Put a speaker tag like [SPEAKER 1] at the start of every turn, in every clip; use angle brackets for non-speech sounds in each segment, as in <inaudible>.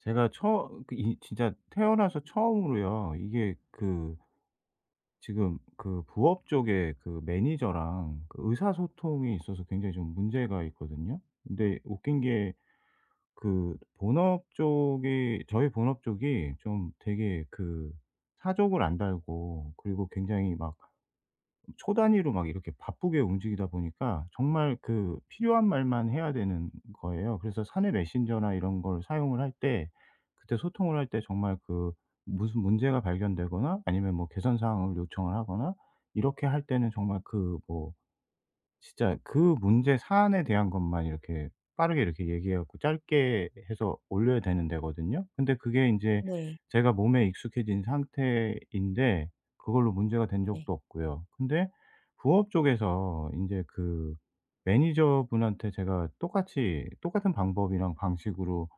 [SPEAKER 1] 제가 처 그 이 진짜 태어나서 처음으로요. 이게 지금 부업 쪽에 매니저랑 의사소통이 있어서 굉장히 좀 문제가 있거든요. 근데 웃긴 게 그 본업 쪽이 저희 본업 쪽이 좀 되게 사족을 안 달고, 그리고 굉장히 막 초 단위로 막 이렇게 바쁘게 움직이다 보니까 정말 필요한 말만 해야 되는 거예요. 그래서 사내 메신저나 이런 걸 사용을 할 때, 그때 소통을 할 때 정말 무슨 문제가 발견되거나, 아니면 뭐 개선 사항을 요청을 하거나 이렇게 할 때는, 정말 그뭐 진짜 문제 사안에 대한 것만 이렇게 빠르게 이렇게 얘기해 갖고 짧게 해서 올려야 되는 데거든요. 근데 그게 인제
[SPEAKER 2] 네.
[SPEAKER 1] 제가 몸에 익숙해진 상태인데 그걸로 문제가 된
[SPEAKER 2] 네.
[SPEAKER 1] 적도 없고요. 근데 부업 쪽에서 인제 매니저분한테 제가 똑같이 똑같은 방법이랑 방식으로,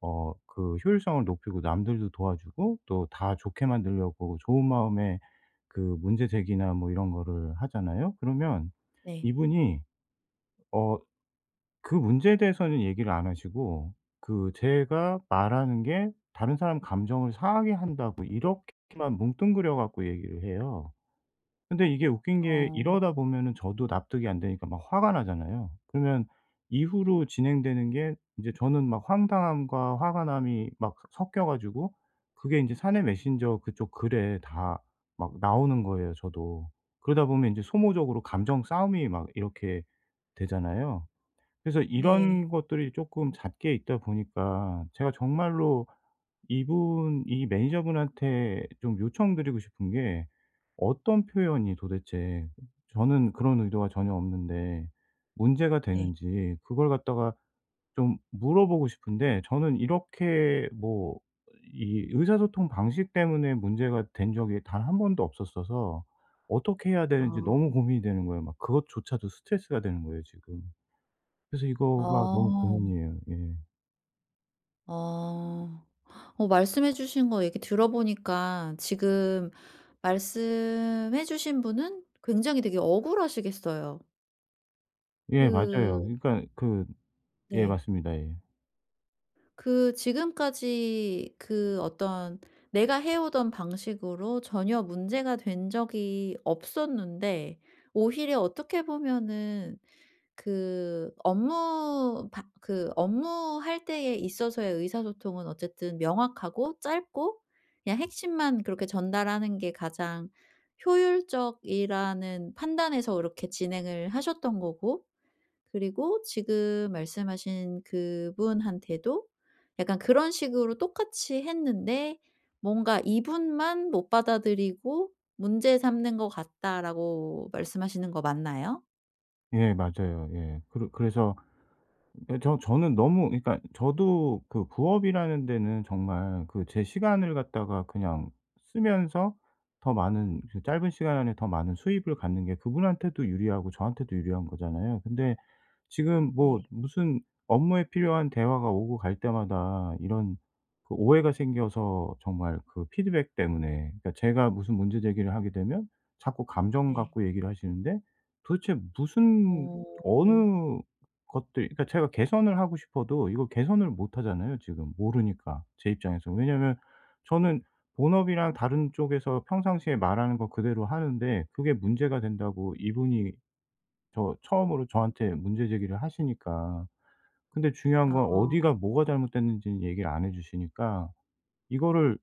[SPEAKER 1] 효율성을 높이고 남들도 도와주고 또 다 좋게 만들려고 좋은 마음에 문제 제기나 뭐 이런 거를 하잖아요. 그러면
[SPEAKER 2] 네.
[SPEAKER 1] 이분이 어 그 문제에 대해서는 얘기를 안 하시고, 제가 말하는 게 다른 사람 감정을 상하게 한다고 이렇게만 뭉뚱그려 갖고 얘기를 해요. 근데 이게 웃긴 게,
[SPEAKER 2] 어.
[SPEAKER 1] 이러다 보면은 저도 납득이 안 되니까 막 화가 나잖아요. 그러면 이후로 진행되는 게, 이제 저는 막 황당함과 화가 남이 막 섞여 가지고 그게 이제 사내 메신저 그쪽 글에 다 막 나오는 거예요, 저도. 그러다 보면 이제 소모적으로 감정 싸움이 막 이렇게 되잖아요. 그래서
[SPEAKER 2] 네.
[SPEAKER 1] 이런 것들이 조금 잦게 있다 보니까 제가 정말로 이분 이 매니저분한테 좀 요청드리고 싶은 게, 어떤 표현이 도대체, 저는 그런 의도가 전혀 없는데 문제가
[SPEAKER 2] 네.
[SPEAKER 1] 되는지 그걸 갖다가 좀 물어보고 싶은데, 저는 이렇게 뭐 이 의사소통 방식 때문에 문제가 된 적이 단 한 번도 없었어서 어떻게 해야 되는지
[SPEAKER 2] 어,
[SPEAKER 1] 너무 고민이 되는 거예요. 막 그것조차도 스트레스가 되는 거예요, 지금. 그래서 이거가 너무
[SPEAKER 2] 어.
[SPEAKER 1] 고민이에요. 예.
[SPEAKER 2] 아. 어어 말씀해 주신 거 얘기 들어보니까 지금 말씀해 주신 분은 굉장히 되게 억울하시겠어요.
[SPEAKER 1] 예, 맞아요.
[SPEAKER 2] 그
[SPEAKER 1] 그러니까 그 예,
[SPEAKER 2] 네.
[SPEAKER 1] 맞습니다. 예.
[SPEAKER 2] 그 지금까지 그 어떤 내가 해오던 방식으로 전혀 문제가 된 적이 없었는데 오히려 어떻게 보면은 그 업무 바 그 업무할 때에 있어서의 의사소통은 어쨌든 명확하고 짧고 그냥 핵심만 그렇게 전달하는 게 가장 효율적이라는 판단에서 그렇게 진행을 하셨던 거고 그리고 지금 말씀하신 그분한테도 약간 그런 식으로 똑같이 했는데 뭔가 이분만 못 받아들이고 문제 삼는 것 같다라고 말씀하시는 거 맞나요?
[SPEAKER 1] 예, 맞아요. 예. 그러 그래서 예, 저는 너무, 그러니까 저도 부업이라는 데는 정말 제 시간을 갖다가 그냥 쓰면서, 더 많은, 짧은 시간 안에 더 많은 수입을 갖는 게 그분한테도 유리하고 저한테도 유리한 거잖아요. 근데 지금 뭐
[SPEAKER 2] 네.
[SPEAKER 1] 무슨 업무에 필요한 대화가 오고 갈 때마다 이런 오해가 생겨서, 정말 피드백 때문에, 그러니까 제가 무슨 문제 제기를 하게 되면 자꾸 감정
[SPEAKER 2] 네.
[SPEAKER 1] 갖고 얘기를 하시는데, 도대체 무슨,
[SPEAKER 2] 어.
[SPEAKER 1] 어느 것들, 그러니까 제가 개선을 하고 싶어도 이걸 개선을 못 하잖아요, 지금 모르니까, 제 입장에서. 왜냐면 저는 본업이랑 다른 쪽에서 평상시에 말하는 거 그대로 하는데 그게 문제가 된다고 이분이 처음으로 저한테 문제 제기를 하시니까. 근데 중요한
[SPEAKER 2] 아.
[SPEAKER 1] 건 어디가 뭐가 잘못됐는지는 얘기를 안 해 주시니까, 이거를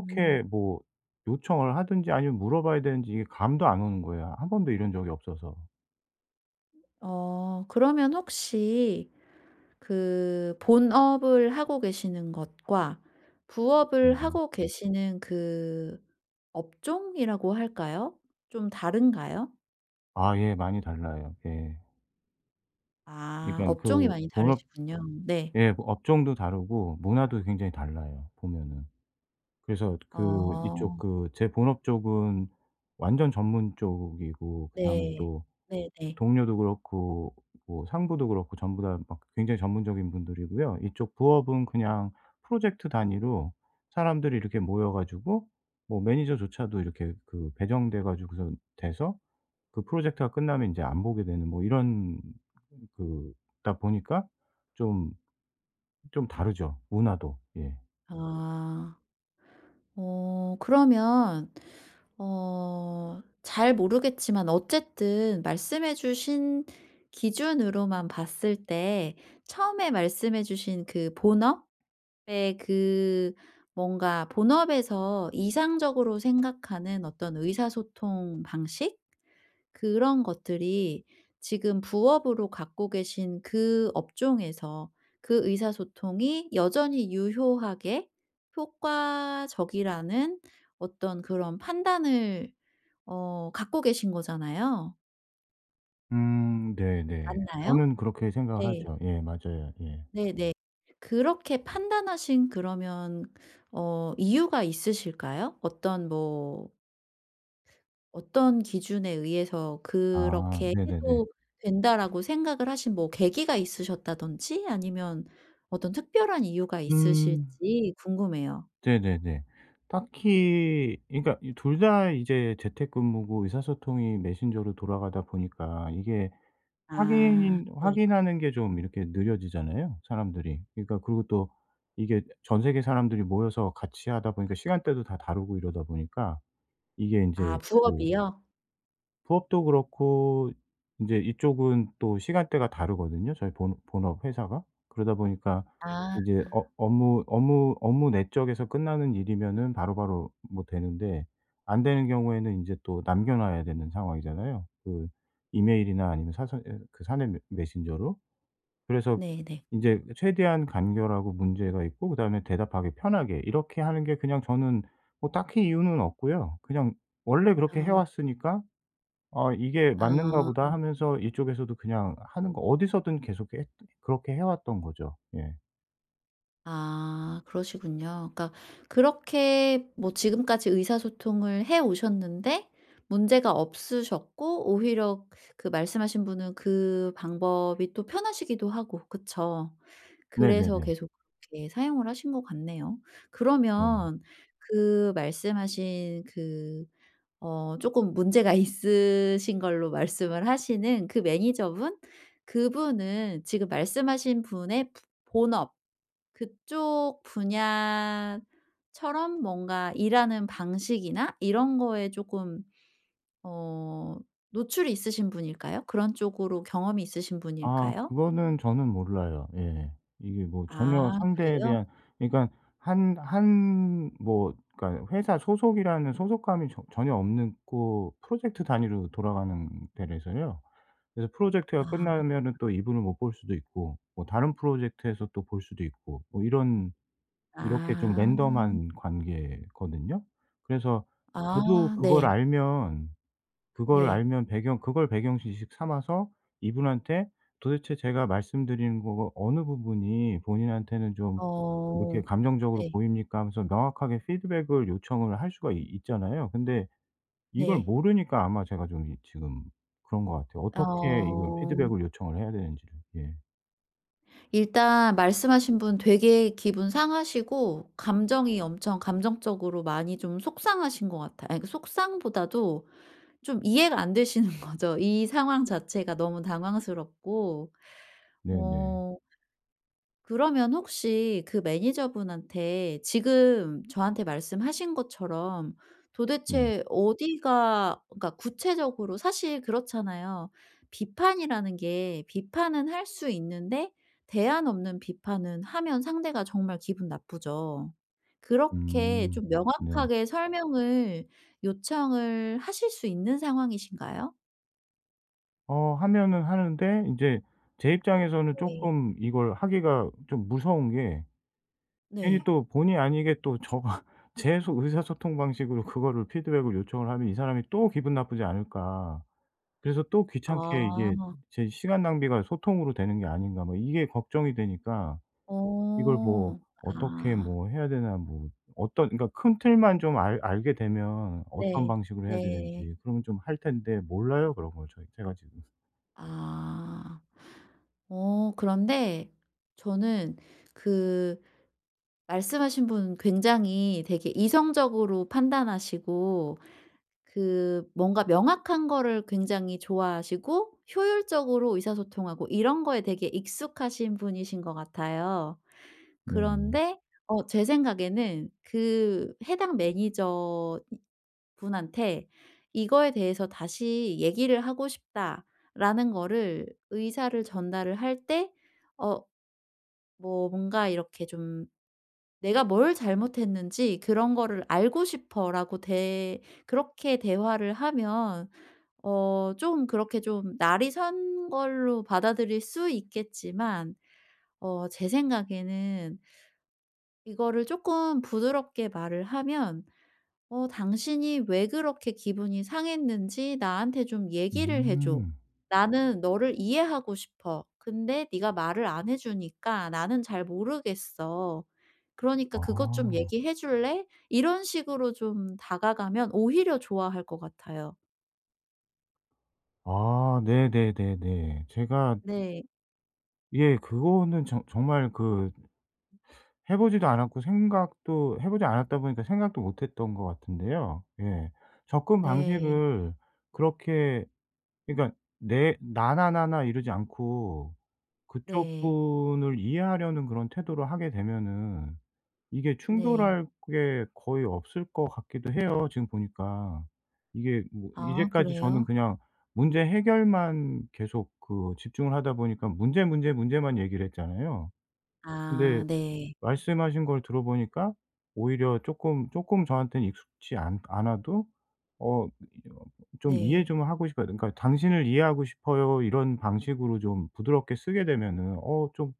[SPEAKER 2] 음.
[SPEAKER 1] 뭐 요청을 하든지 아니면 물어봐야 되는지 이게 감도 안 오는 거예요, 한 번도 이런 적이 없어서.
[SPEAKER 2] 어 그러면 혹시 그 본업을 하고 계시는 것과 부업을
[SPEAKER 1] 음.
[SPEAKER 2] 하고 계시는 그 업종이라고 할까요? 좀 다른가요?
[SPEAKER 1] 아, 예. 많이 달라요. 예.
[SPEAKER 2] 아
[SPEAKER 1] 그러니까
[SPEAKER 2] 업종이 많이
[SPEAKER 1] 본업,
[SPEAKER 2] 다르시군요. 네.
[SPEAKER 1] 예, 업종도 다르고 문화도 굉장히 달라요, 보면은. 그래서 그 이쪽
[SPEAKER 2] 어
[SPEAKER 1] 그 제 본업 쪽은 완전 전문 쪽이고, 그다음에
[SPEAKER 2] 네.
[SPEAKER 1] 또
[SPEAKER 2] 네네.
[SPEAKER 1] 동료도 그렇고 뭐 상부도 그렇고 전부 다 막 굉장히 전문적인 분들이고요. 이쪽 부업은 그냥 프로젝트 단위로 사람들이 이렇게 모여 가지고, 뭐 매니저조차도 이렇게 배정돼 가지고서 돼서, 프로젝트가 끝나면 인제 안 보게 되는 뭐 이런, 그다 보니까 좀 좀 다르죠, 문화도. 예.
[SPEAKER 2] 아. 어 그러면 어 잘 모르겠지만 어쨌든 말씀해 주신 기준으로만 봤을 때 처음에 말씀해 주신 그 본업의 그 뭔가 본업에서 이상적으로 생각하는 어떤 의사소통 방식? 그런 것들이 지금 부업으로 갖고 계신 그 업종에서 그 의사소통이 여전히 유효하게 효과적이라는 어떤 그런 판단을 어 갖고 계신 거잖아요.
[SPEAKER 1] 음, 네네.
[SPEAKER 2] 맞나요?
[SPEAKER 1] 저는 그렇게 생각을
[SPEAKER 2] 네.
[SPEAKER 1] 하죠. 예, 맞아요. 예.
[SPEAKER 2] 네네. 그렇게 판단하신 그러면 어 이유가 있으실까요? 어떤 뭐 어떤 기준에 의해서
[SPEAKER 1] 아,
[SPEAKER 2] 그렇게
[SPEAKER 1] 네네네.
[SPEAKER 2] 해도 된다라고 생각을 하신 뭐 계기가 있으셨다든지 아니면 어떤 특별한 이유가
[SPEAKER 1] 음,
[SPEAKER 2] 있으실지 궁금해요.
[SPEAKER 1] 네네네. 딱히, 그러니까 이 둘 다 이제 재택근무고 의사소통이 메신저로 돌아가다 보니까 이게
[SPEAKER 2] 아 네.
[SPEAKER 1] 확인하는 게 좀 이렇게 느려지잖아요, 사람들이. 그러니까, 그리고 또 이게 전 세계 사람들이 모여서 같이 하다 보니까 시간대도 다 다르고, 이러다 보니까 이게
[SPEAKER 2] 아
[SPEAKER 1] 인제
[SPEAKER 2] 부업이요?
[SPEAKER 1] 부업도 그렇고, 인제 이쪽은 또 시간대가 다르거든요, 저희 본 본업 회사가. 그러다 보니까
[SPEAKER 2] 아
[SPEAKER 1] 이제 업 업무 업무 업무 내 쪽에서 끝나는 일이면은 바로바로 뭐 되는데, 안 되는 경우에는 인제 또 남겨 놔야 되는 상황이잖아요, 이메일이나, 아니면 사서, 예, 사내 메 메신저로. 그래서
[SPEAKER 2] 네네.
[SPEAKER 1] 인제 최대한 간결하고 문제가 있고 그다음에 대답하기 편하게 이렇게 하는 게, 그냥 저는 뭐 딱히 이유는 없고요. 그냥 원래 그렇게 해
[SPEAKER 2] 아.
[SPEAKER 1] 왔으니까, 아, '이게
[SPEAKER 2] 아.
[SPEAKER 1] 맞는가
[SPEAKER 2] 어.
[SPEAKER 1] 보다.' 하면서 이쪽에서도 그냥 하는 거, 어디서든 계속 했 그렇게 해 왔던 거죠. 예.
[SPEAKER 2] 아 그러시군요. 그러니까 그렇게 뭐 지금까지 의사소통을 해 오셨는데 문제가 없으셨고 오히려 그 말씀하신 분은 그 방법이 또 편하시기도 하고 그쵸. 그래서
[SPEAKER 1] 네네네.
[SPEAKER 2] 계속 그렇게 사용을 하신 것 같네요.
[SPEAKER 1] 네.
[SPEAKER 2] 그러면 그 말씀하신 그 어 조금 문제가 <laughs> 있으신 걸로 말씀을 하시는 그 매니저분? 그분은 지금 말씀하신 분의 본업 그쪽 분야처럼 뭔가 일하는 방식이나 이런 거에 조금 어 노출이 있으신 분일까요? 그런 쪽으로 경험이 있으신
[SPEAKER 1] 아,
[SPEAKER 2] 분일까요?
[SPEAKER 1] 그거는 저는 몰라요. 예. 이게 뭐 전혀
[SPEAKER 2] 아
[SPEAKER 1] 상대에
[SPEAKER 2] 그래요?
[SPEAKER 1] 대한, 그러니까 한 한 뭐 그러니까 회사 소속이라는 소속감이 전혀 없는 고, 프로젝트 단위로 돌아가는 데라서요. 그래서 프로젝트가
[SPEAKER 2] 아.
[SPEAKER 1] 끝나면은 또 이분을 못 볼 수도 있고, 뭐 다른 프로젝트에서 또 볼 수도 있고, 뭐 이런 이렇게 좀
[SPEAKER 2] 아.
[SPEAKER 1] 랜덤한 관계거든요. 그래서 저도
[SPEAKER 2] 아 네.
[SPEAKER 1] 그걸
[SPEAKER 2] 네.
[SPEAKER 1] 알면, 배경 지식 삼아서 이분한테, 도대체 제가 말씀드리는 거 어느 부분이 본인한테는 좀 이렇게
[SPEAKER 2] 어.
[SPEAKER 1] 감정적으로
[SPEAKER 2] 네.
[SPEAKER 1] 보입니까 하면서 명확하게 피드백을 요청을 할 수가 이 있잖아요. 근데 이걸
[SPEAKER 2] 네.
[SPEAKER 1] 모르니까, 아마 제가 좀 이 지금 그런 것 같아요. 어떻게 이걸
[SPEAKER 2] 어.
[SPEAKER 1] 피드백을 요청을 해야 되는지를. 예.
[SPEAKER 2] 일단 말씀하신 분 되게 기분 상하시고 감정이 엄청 감정적으로 많이 좀 속상하신 것 같아요. 아니 그 속상보다도 좀 이해가 안 되시는 <laughs> 거죠. 이 상황 자체가 너무 당황스럽고.
[SPEAKER 1] 네네. 네.
[SPEAKER 2] 어 그러면 혹시 그 매니저분한테 지금 저한테 말씀하신 것처럼
[SPEAKER 1] 네.
[SPEAKER 2] 도대체 어디가 그러니까 구체적으로 사실 그렇잖아요. 비판이라는 게 비판은 할 수 있는데 대안 없는 비판은 하면 상대가 정말 기분 나쁘죠. 그렇게
[SPEAKER 1] 음.
[SPEAKER 2] 좀
[SPEAKER 1] 네.
[SPEAKER 2] 명확하게 설명을 요청을 하실 수 있는 상황이신가요?
[SPEAKER 1] 하면은 하는데, 인제 제 입장에서는
[SPEAKER 2] 네.
[SPEAKER 1] 쪼끔 이걸 하기가 좀 무서운 게, 괜히
[SPEAKER 2] 네.
[SPEAKER 1] 또 본의 아니게 또 저가 <laughs> 제 소 의사소통 방식으로 그거를 피드백을 요청을 하면, '이 사람이 또 기분 나쁘지 않을까.' 그래서 또 귀찮게, 이게
[SPEAKER 2] 아.
[SPEAKER 1] 제 '시간 낭비가 소통으로 되는 게 아닌가.' 뭐 이게 걱정이 되니까 이걸 뭐
[SPEAKER 2] 어.
[SPEAKER 1] 어떻게
[SPEAKER 2] 아.
[SPEAKER 1] 뭐 해야 되나, 뭐 어떤, 그러니까 큰 틀만 좀 알 알게 되면 어떤
[SPEAKER 2] 네.
[SPEAKER 1] 방식으로 해야
[SPEAKER 2] 네.
[SPEAKER 1] 되는지, 그러면 좀 할 텐데, 몰라요 그런 걸, 저희 제가 지금.
[SPEAKER 2] 아. 어 그런데 저는 그 말씀하신 분 굉장히 되게 이성적으로 판단하시고 그 뭔가 명확한 거를 굉장히 좋아하시고 효율적으로 의사소통하고 이런 거에 되게 익숙하신 분이신 것 같아요.
[SPEAKER 1] 네네.
[SPEAKER 2] 그런데 어 제 생각에는 그 해당 매니저 분한테 "이거에 대해서 다시 얘기를 하고 싶다."라는 거를 의사를 전달을 할 때 어 뭐 뭔가 이렇게 좀 "내가 뭘 잘못했는지 그런 거를 알고 싶어."라고 대 그렇게 대화를 하면 어 좀 그렇게 좀 날이 선 걸로 받아들일 수 있겠지만 어 제 생각에는 이거를 조금 부드럽게 말을 하면 "어 당신이 왜 그렇게 기분이 상했는지 나한테 좀 얘기를 해 줘.
[SPEAKER 1] 음.
[SPEAKER 2] 나는 너를 이해하고 싶어. 근데 네가 말을 안 해 주니까 나는 잘 모르겠어. 그러니까 그것 좀
[SPEAKER 1] 아.
[SPEAKER 2] 얘기해 줄래?" 이런 식으로 좀 다가가면 오히려 좋아할 것 같아요.
[SPEAKER 1] 아, 네네네네. 제가
[SPEAKER 2] 네.
[SPEAKER 1] 예, 그거는 정 정말, 그 해 보지도 않았고 생각도 해 보지 않았다 보니까 생각도 못 했던 것 같은데요. 예. 접근
[SPEAKER 2] 네.
[SPEAKER 1] 방식을 그렇게, 그러니까 내 나나나나 이러지 않고 그쪽
[SPEAKER 2] 네.
[SPEAKER 1] 분을 이해하려는 그런 태도로 하게 되면은 이게
[SPEAKER 2] 네.
[SPEAKER 1] 충돌할 게 거의 없을 것 같기도 해요, 지금 보니까. 이게 뭐
[SPEAKER 2] 아
[SPEAKER 1] 이제까지 저는
[SPEAKER 2] 그래요?
[SPEAKER 1] 그냥 문제 해결만 계속 집중을 하다 보니까 문제, 문제, 문제만 얘기를 했잖아요.
[SPEAKER 2] 아
[SPEAKER 1] 근데
[SPEAKER 2] 네.
[SPEAKER 1] 말씀하신 걸 들어보니까 오히려 쪼끔 쪼끔 저한테는 익숙치 않 않아도, 어, 좀 이해
[SPEAKER 2] 네.
[SPEAKER 1] 좀 하고 싶어요. 그러니까 "당신을 이해하고 싶어요." 이런 방식으로 좀 부드럽게 쓰게 되면은, 어, 좀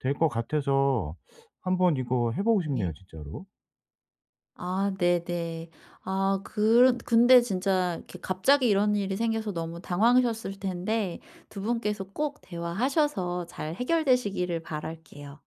[SPEAKER 1] 될 것 같아서 한번 이거 해 보고
[SPEAKER 2] 네.
[SPEAKER 1] 싶네요, 진짜로.
[SPEAKER 2] 아 네네. 아 그런 근데 진짜 이렇게 갑자기 이런 일이 생겨서 너무 당황하셨을 텐데 두 분께서 꼭 대화하셔서 잘 해결되시기를 바랄게요.